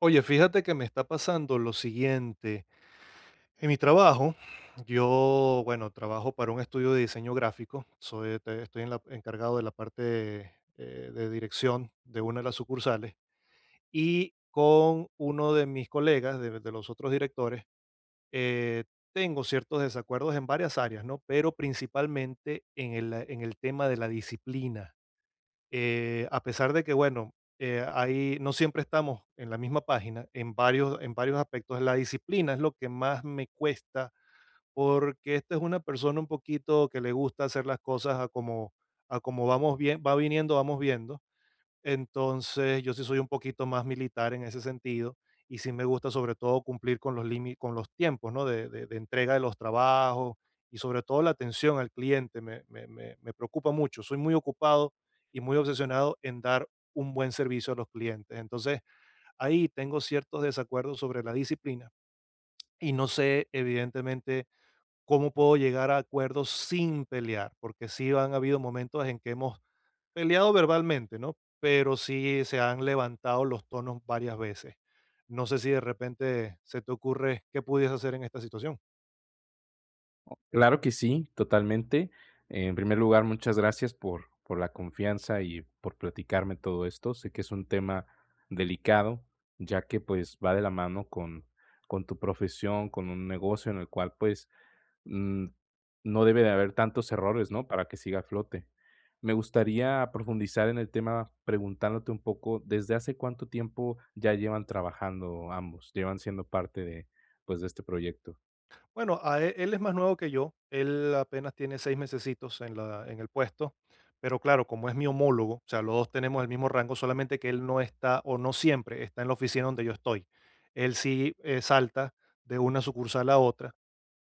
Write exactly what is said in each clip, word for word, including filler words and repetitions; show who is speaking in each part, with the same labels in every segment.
Speaker 1: Oye, fíjate que me está pasando lo siguiente. En mi trabajo, yo, bueno, trabajo para un estudio de diseño gráfico. Soy, te- estoy en la- encargado de la parte eh, de dirección de una de las sucursales, y con uno de mis colegas, de, de los otros directores, eh, tengo ciertos desacuerdos en varias áreas, ¿no? Pero principalmente en el, en el tema de la disciplina eh, a pesar de que, bueno, eh, ahí no siempre estamos en la misma página, en varios, en varios aspectos. La disciplina es lo que más me cuesta, porque esta es una persona un poquito que le gusta hacer las cosas a como, a como vamos bien, va viniendo, vamos viendo. Entonces, yo sí soy un poquito más militar en ese sentido y sí me gusta sobre todo cumplir con los límites, con los tiempos, ¿no? De, de- de entrega de los trabajos, y sobre todo la atención al cliente me, me- me- me preocupa mucho. Soy muy ocupado y muy obsesionado en dar un buen servicio a los clientes. Entonces, ahí tengo ciertos desacuerdos sobre la disciplina y no sé, evidentemente, cómo puedo llegar a acuerdos sin pelear, porque sí han habido momentos en que hemos peleado verbalmente, ¿no? Pero sí se han levantado los tonos varias veces. No sé si de repente se te ocurre qué pudiese hacer en esta situación.
Speaker 2: Claro que sí, totalmente. En primer lugar, muchas gracias por, por la confianza y por platicarme todo esto. Sé que es un tema delicado, ya que pues va de la mano con, con tu profesión, con un negocio en el cual pues mm, no debe de haber tantos errores, ¿no? Para que siga a flote. Me gustaría profundizar en el tema preguntándote un poco. ¿Desde hace cuánto tiempo ya llevan trabajando ambos? ¿Llevan siendo parte de pues de este proyecto?
Speaker 1: Bueno, a e- él es más nuevo que yo. Él apenas tiene seis mesecitos en, la, en el puesto. Pero claro, como es mi homólogo, o sea, los dos tenemos el mismo rango, solamente que él no está o no siempre está en la oficina donde yo estoy. Él sí eh, salta de una sucursal a otra.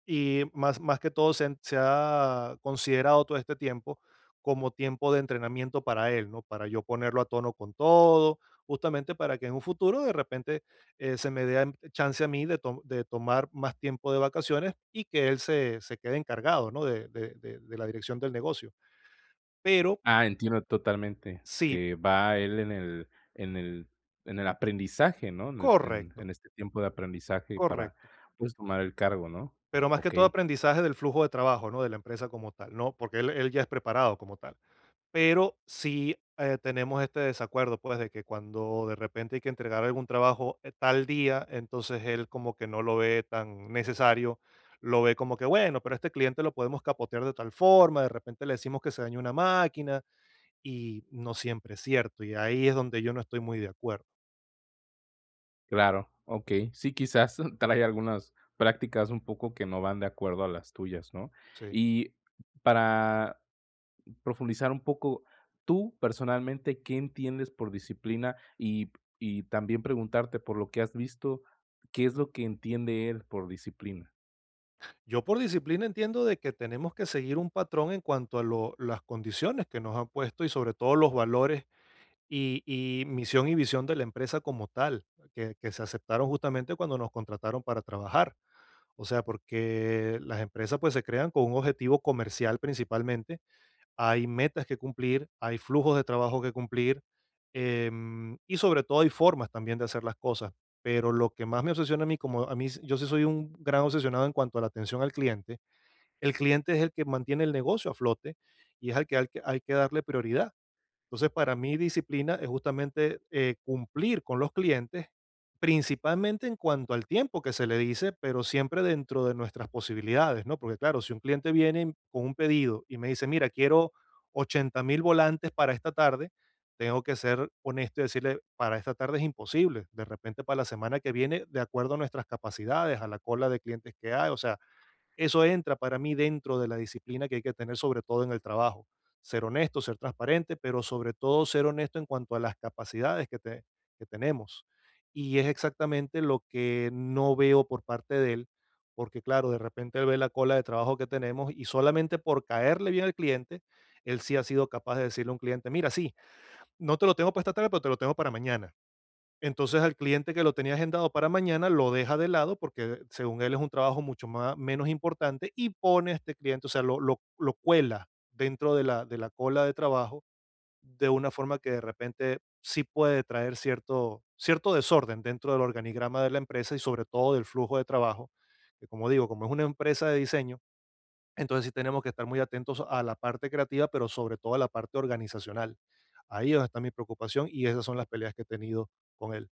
Speaker 1: Y más, más que todo se, han- se ha considerado todo este tiempo como tiempo de entrenamiento para él, ¿no? Para yo ponerlo a tono con todo, justamente para que en un futuro de repente eh, se me dé am- chance a mí de, to- de tomar más tiempo de vacaciones y que él se, se quede encargado, ¿no? De, de- de- de la dirección del negocio. Pero
Speaker 2: Ah, entiendo totalmente,
Speaker 1: sí,
Speaker 2: que va él en el en el en el aprendizaje, ¿no? En el en en
Speaker 1: correcto,
Speaker 2: este tiempo de aprendizaje para,
Speaker 1: correcto.
Speaker 2: pues, tomar el cargo, ¿no?
Speaker 1: Pero más que todo
Speaker 2: Okey,
Speaker 1: aprendizaje del flujo de trabajo, ¿no? De la empresa como tal, ¿no? Porque él él ya es preparado como tal. Pero sí, eh, tenemos este desacuerdo, pues, de que cuando de repente hay que entregar algún trabajo, eh, tal día, entonces él como que no lo ve tan necesario, lo ve como que, bueno, pero este cliente lo podemos capotear de tal forma, de repente le decimos que se dañó una máquina y no siempre es cierto, y ahí es donde yo no estoy muy de acuerdo,
Speaker 2: claro, okey. Sí, quizás trae algunas prácticas un poco que no van de acuerdo a las tuyas, ¿no?
Speaker 1: sí.
Speaker 2: Y para profundizar un poco, tú personalmente, ¿qué entiendes por disciplina? Y y también preguntarte por lo que has visto, ¿qué es lo que entiende él por disciplina?
Speaker 1: Yo por disciplina entiendo de que tenemos que seguir un patrón en cuanto a lo las condiciones que nos han puesto y sobre todo los valores. Y y misión y visión de la empresa como tal, que que se aceptaron justamente cuando nos contrataron para trabajar. O sea, porque las empresas, pues, se crean con un objetivo comercial principalmente, hay metas que cumplir, hay flujos de trabajo que cumplir, em, y sobre todo hay formas también de hacer las cosas. Pero lo que más me obsesiona a mí, como a mí s- yo sí soy un gran obsesionado en cuanto a la atención al cliente, el cliente es el que mantiene el negocio a flote y es al que al que hay que darle prioridad. Entonces, para mí disciplina es justamente eh, cumplir con los clientes, principalmente en cuanto al tiempo que se le dice, pero siempre dentro de nuestras posibilidades, ¿no? Porque claro, si un cliente viene con un pedido y me dice, mira, quiero ochenta mil volantes para esta tarde, tengo que ser honesto y decirle, para esta tarde es imposible, de repente para la semana que viene, de acuerdo a nuestras capacidades, a la cola de clientes que hay, o sea, eso entra para mí dentro de la disciplina que hay que tener, sobre todo en el trabajo. Ser honesto, ser transparente, pero sobre todo ser honesto en cuanto a las capacidades que, te- que tenemos. Y es exactamente lo que no veo por parte de él, porque claro, de repente él ve la cola de trabajo que tenemos y solamente por caerle bien al cliente, él sí ha sido capaz de decirle a un cliente, mira, sí, no te lo tengo para esta tarde, pero te lo tengo para mañana. Entonces, al cliente que lo tenía agendado para mañana, lo deja de lado porque según él es un trabajo mucho más, menos importante y pone a este cliente, o sea, lo, lo, lo cuela dentro de la, de la cola de trabajo de una forma que de repente sí puede traer cierto, cierto desorden dentro del organigrama de la empresa y sobre todo del flujo de trabajo, que como digo, como es una empresa de diseño, entonces sí tenemos que estar muy atentos a la parte creativa, pero sobre todo a la parte organizacional. Ahí es donde está mi preocupación y esas son las peleas que he tenido con él.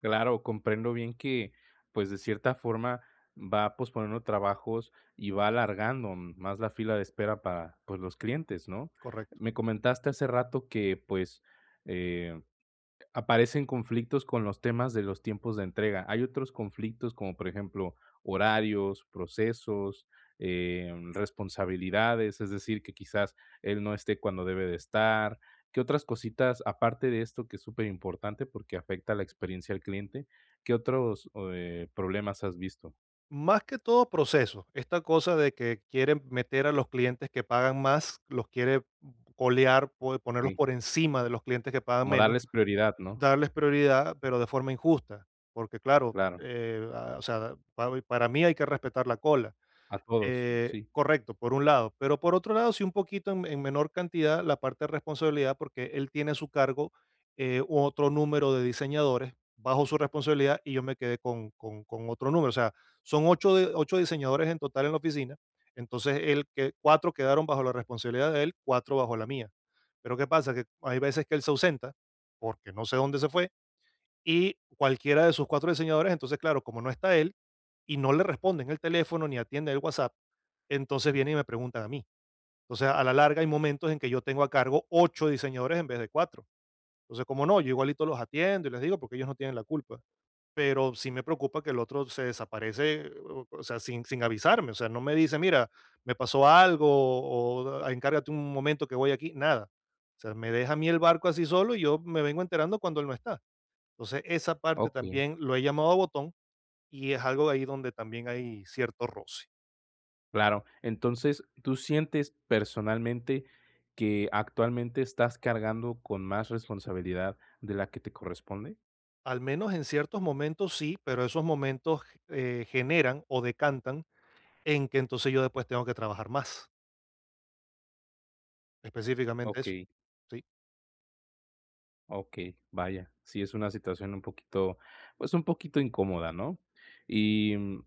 Speaker 2: Claro, comprendo bien que, pues, de cierta forma va posponiendo trabajos y va alargando más la fila de espera para, pues, los clientes, ¿no?
Speaker 1: Correcto.
Speaker 2: Me comentaste hace rato que, pues, eh aparecen conflictos con los temas de los tiempos de entrega. Hay otros conflictos, como por ejemplo, horarios, procesos, em, responsabilidades, es decir, que quizás él no esté cuando debe de estar. ¿Qué otras cositas, aparte de esto que es súper importante porque afecta la experiencia al cliente, qué otros, eh, problemas has visto?
Speaker 1: Más que todo proceso. Esta cosa de que quieren meter a los clientes que pagan más, los quiere colear, po- ponerlos
Speaker 2: Okey,
Speaker 1: por encima de los clientes que pagan
Speaker 2: como
Speaker 1: menos,
Speaker 2: darles prioridad, ¿no?
Speaker 1: darles prioridad, pero de forma injusta. Porque claro,
Speaker 2: Claro,
Speaker 1: eh, ah, o sea, pa- para mí hay que respetar la cola.
Speaker 2: a todos,
Speaker 1: Eh,
Speaker 2: sí,
Speaker 1: correcto, por un lado, pero por otro lado, sí un poquito en, en menor cantidad la parte de responsabilidad, porque él tiene a su cargo eh, otro número de diseñadores bajo su responsabilidad y yo me quedé con, con- con otro número. O sea, son ocho, de- ocho diseñadores en total en la oficina, entonces él, que, cuatro quedaron bajo la responsabilidad de él, cuatro bajo la mía. Pero ¿qué pasa? Que hay veces que él se ausenta porque no sé dónde se fue y cualquiera de sus cuatro diseñadores, entonces, claro, como no está él y no le responden el teléfono ni atiende el WhatsApp, entonces vienen y me preguntan a mí. Entonces, a la larga hay momentos en que yo tengo a cargo ocho diseñadores en vez de cuatro. Entonces, como no, yo igualito los atiendo y les digo porque ellos no tienen la culpa, pero sí me preocupa que el otro se desaparece, o o sea, sin sin avisarme, o sea, no me dice: "Mira, me pasó algo" o "Ah, encárgate un momento que voy aquí", nada. O sea, me deja a mí el barco así solo y yo me vengo enterando cuando él no está. Entonces, esa parte
Speaker 2: okey.
Speaker 1: también lo he llamado a botón y es algo ahí donde también hay cierto roce.
Speaker 2: Claro, entonces, ¿tú sientes personalmente que actualmente estás cargando con más responsabilidad de la que te corresponde?
Speaker 1: Al menos en ciertos momentos sí, pero esos momentos eh, generan o decantan en que entonces yo después tengo que trabajar más. Específicamente eso,
Speaker 2: Okey,
Speaker 1: sí.
Speaker 2: okey, vaya, sí es una situación un poquito, pues, un poquito incómoda, ¿no? Y, mm,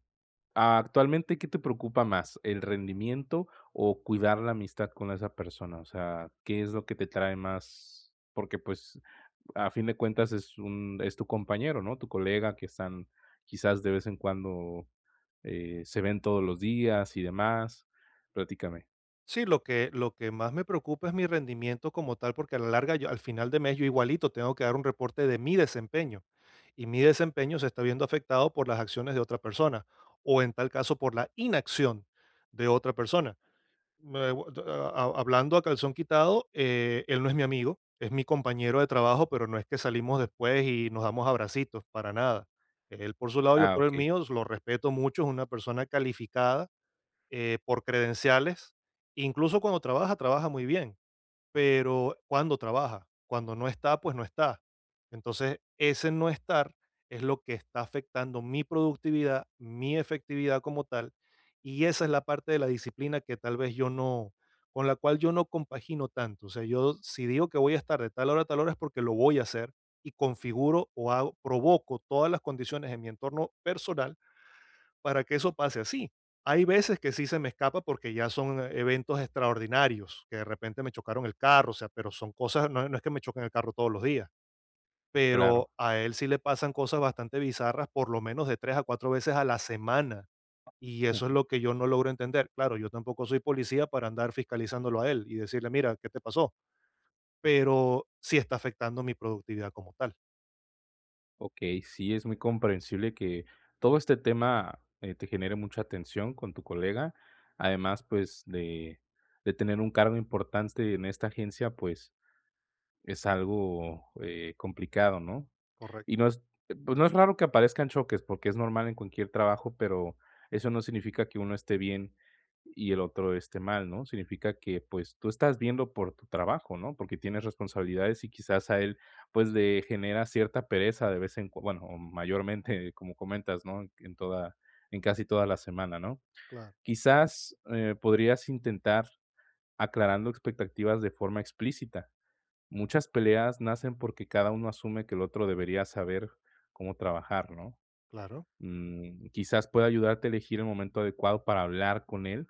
Speaker 2: actualmente, ¿qué te preocupa más, el rendimiento o cuidar la amistad con esa persona? O sea, ¿qué es lo que te trae más? Porque, pues, a fin de cuentas es un es tu compañero, ¿no? Tu colega, que están quizás de vez en cuando. Eh, ¿se ven todos los días y demás? Platícame.
Speaker 1: Sí, lo que, lo que más me preocupa es mi rendimiento como tal, porque a la larga, yo, al final de mes, yo igualito tengo que dar un reporte de mi desempeño y mi desempeño se está viendo afectado por las acciones de otra persona o en tal caso por la inacción de otra persona. Me a hablando a calzón quitado, eh, él no es mi amigo, es mi compañero de trabajo, pero no es que salimos después y nos damos abracitos, para nada. Él por su lado, yo
Speaker 2: Ah,
Speaker 1: por el
Speaker 2: okey,
Speaker 1: mío, lo respeto mucho, es una persona calificada, eh, por credenciales, incluso cuando trabaja, trabaja muy bien, pero cuando trabaja, cuando no está, pues no está. Entonces, ese no estar es lo que está afectando mi productividad, mi efectividad como tal, y esa es la parte de la disciplina que tal vez yo no, con la cual yo no compagino tanto. O sea, yo si digo que voy a estar de tal hora a tal hora es porque lo voy a hacer y configuro o hago, provoco todas las condiciones en mi entorno personal para que eso pase así. Hay veces que sí se me escapa porque ya son eh, eventos extraordinarios, que de repente me chocaron el carro, o sea, pero son cosas, no, no es que me choquen el carro todos los días,
Speaker 2: claro.
Speaker 1: pero a él sí le pasan cosas bastante bizarras, por lo menos de tres a cuatro veces a la semana. Y eso es lo que yo no logro entender. Claro, yo tampoco soy policía para andar fiscalizándolo a él y decirle, mira, ¿qué te pasó? Pero sí está afectando mi productividad como tal.
Speaker 2: Okey, sí, es muy comprensible que todo este tema, eh, te genere mucha tensión con tu colega. Además, pues, de de tener un cargo importante en esta agencia, pues, es algo, eh, complicado, ¿no? Y no
Speaker 1: Correcto,
Speaker 2: es, pues, no es raro que aparezcan choques, porque es normal en cualquier trabajo, pero eso no significa que uno esté bien y el otro esté mal, ¿no? Significa que, pues, tú estás viendo por tu trabajo, ¿no? Porque tienes responsabilidades y quizás a él, pues, le genera cierta pereza de vez en cua, bueno, o mayormente, como comentas, ¿no? En toda en casi toda la semana, ¿no?
Speaker 1: claro,
Speaker 2: Quizás, eh, podrías intentar aclarando expectativas de forma explícita. Muchas peleas nacen porque cada uno asume que el otro debería saber cómo trabajar, ¿no?
Speaker 1: claro,
Speaker 2: Mm, quizás pueda ayudarte a elegir el momento adecuado para hablar con él,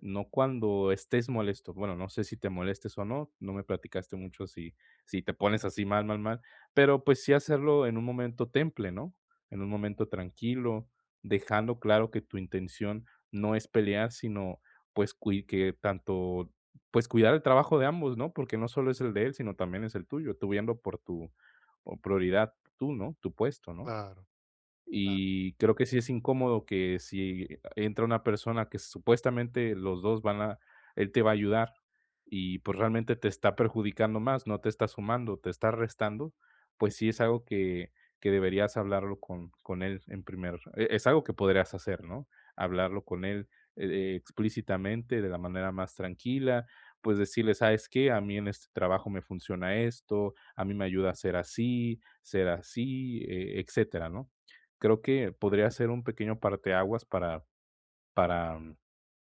Speaker 2: no cuando estés molesto. Bueno, no sé si te molestes o no, no me platicaste mucho si si te pones así mal, mal, mal, pero, pues, sí hacerlo en un momento temple, ¿no? En un momento tranquilo, dejando claro que tu intención no es pelear, sino, pues, cui que tanto, pues, cuidar el trabajo de ambos, ¿no? Porque no solo es el de él, sino también es el tuyo, tú viendo por tu o prioridad tú, ¿no? Tu puesto, ¿no?
Speaker 1: claro, claro.
Speaker 2: Y creo que sí es incómodo que si entra una persona que supuestamente los dos van a él te va a ayudar y, pues, realmente te está perjudicando más, no te está sumando, te está restando, pues sí es algo que que deberías hablarlo con con él en primer e es algo que podrías hacer, ¿no? Hablarlo con él, eh, eh, explícitamente, de la manera más tranquila, pues decirle: "¿Sabes qué? A mí en este trabajo me funciona esto, a mí me ayuda a ser así, ser así", e etcétera, ¿no? Creo que podría ser un pequeño parteaguas para para, mm,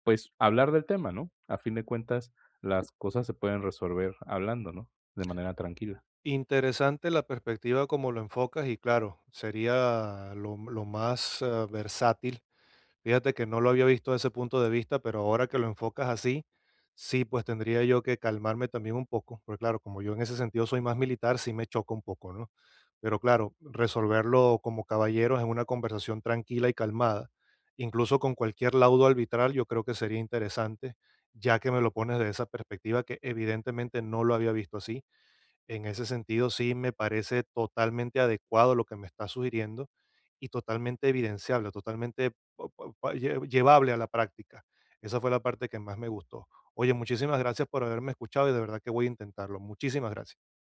Speaker 2: pues, hablar del tema, ¿no? A fin de cuentas, las cosas se pueden resolver hablando, ¿no? De manera tranquila.
Speaker 1: Interesante la perspectiva como lo enfocas y claro, sería lo, lo más eh, versátil. Fíjate que no lo había visto desde ese punto de vista, pero ahora que lo enfocas así, sí, pues tendría yo que calmarme también un poco, porque claro, como yo en ese sentido soy más militar, sí me choca un poco, ¿no? Pero claro, resolverlo como caballeros en una conversación tranquila y calmada, incluso con cualquier laudo arbitral, yo creo que sería interesante, ya que me lo pones de esa perspectiva que evidentemente no lo había visto así, en ese sentido, sí me parece totalmente adecuado lo que me está sugiriendo y totalmente evidenciable, totalmente pa- pa- pa- lle- llevable a la práctica. Esa fue la parte que más me gustó. Oye, muchísimas gracias por haberme escuchado y de verdad que voy a intentarlo. Muchísimas gracias.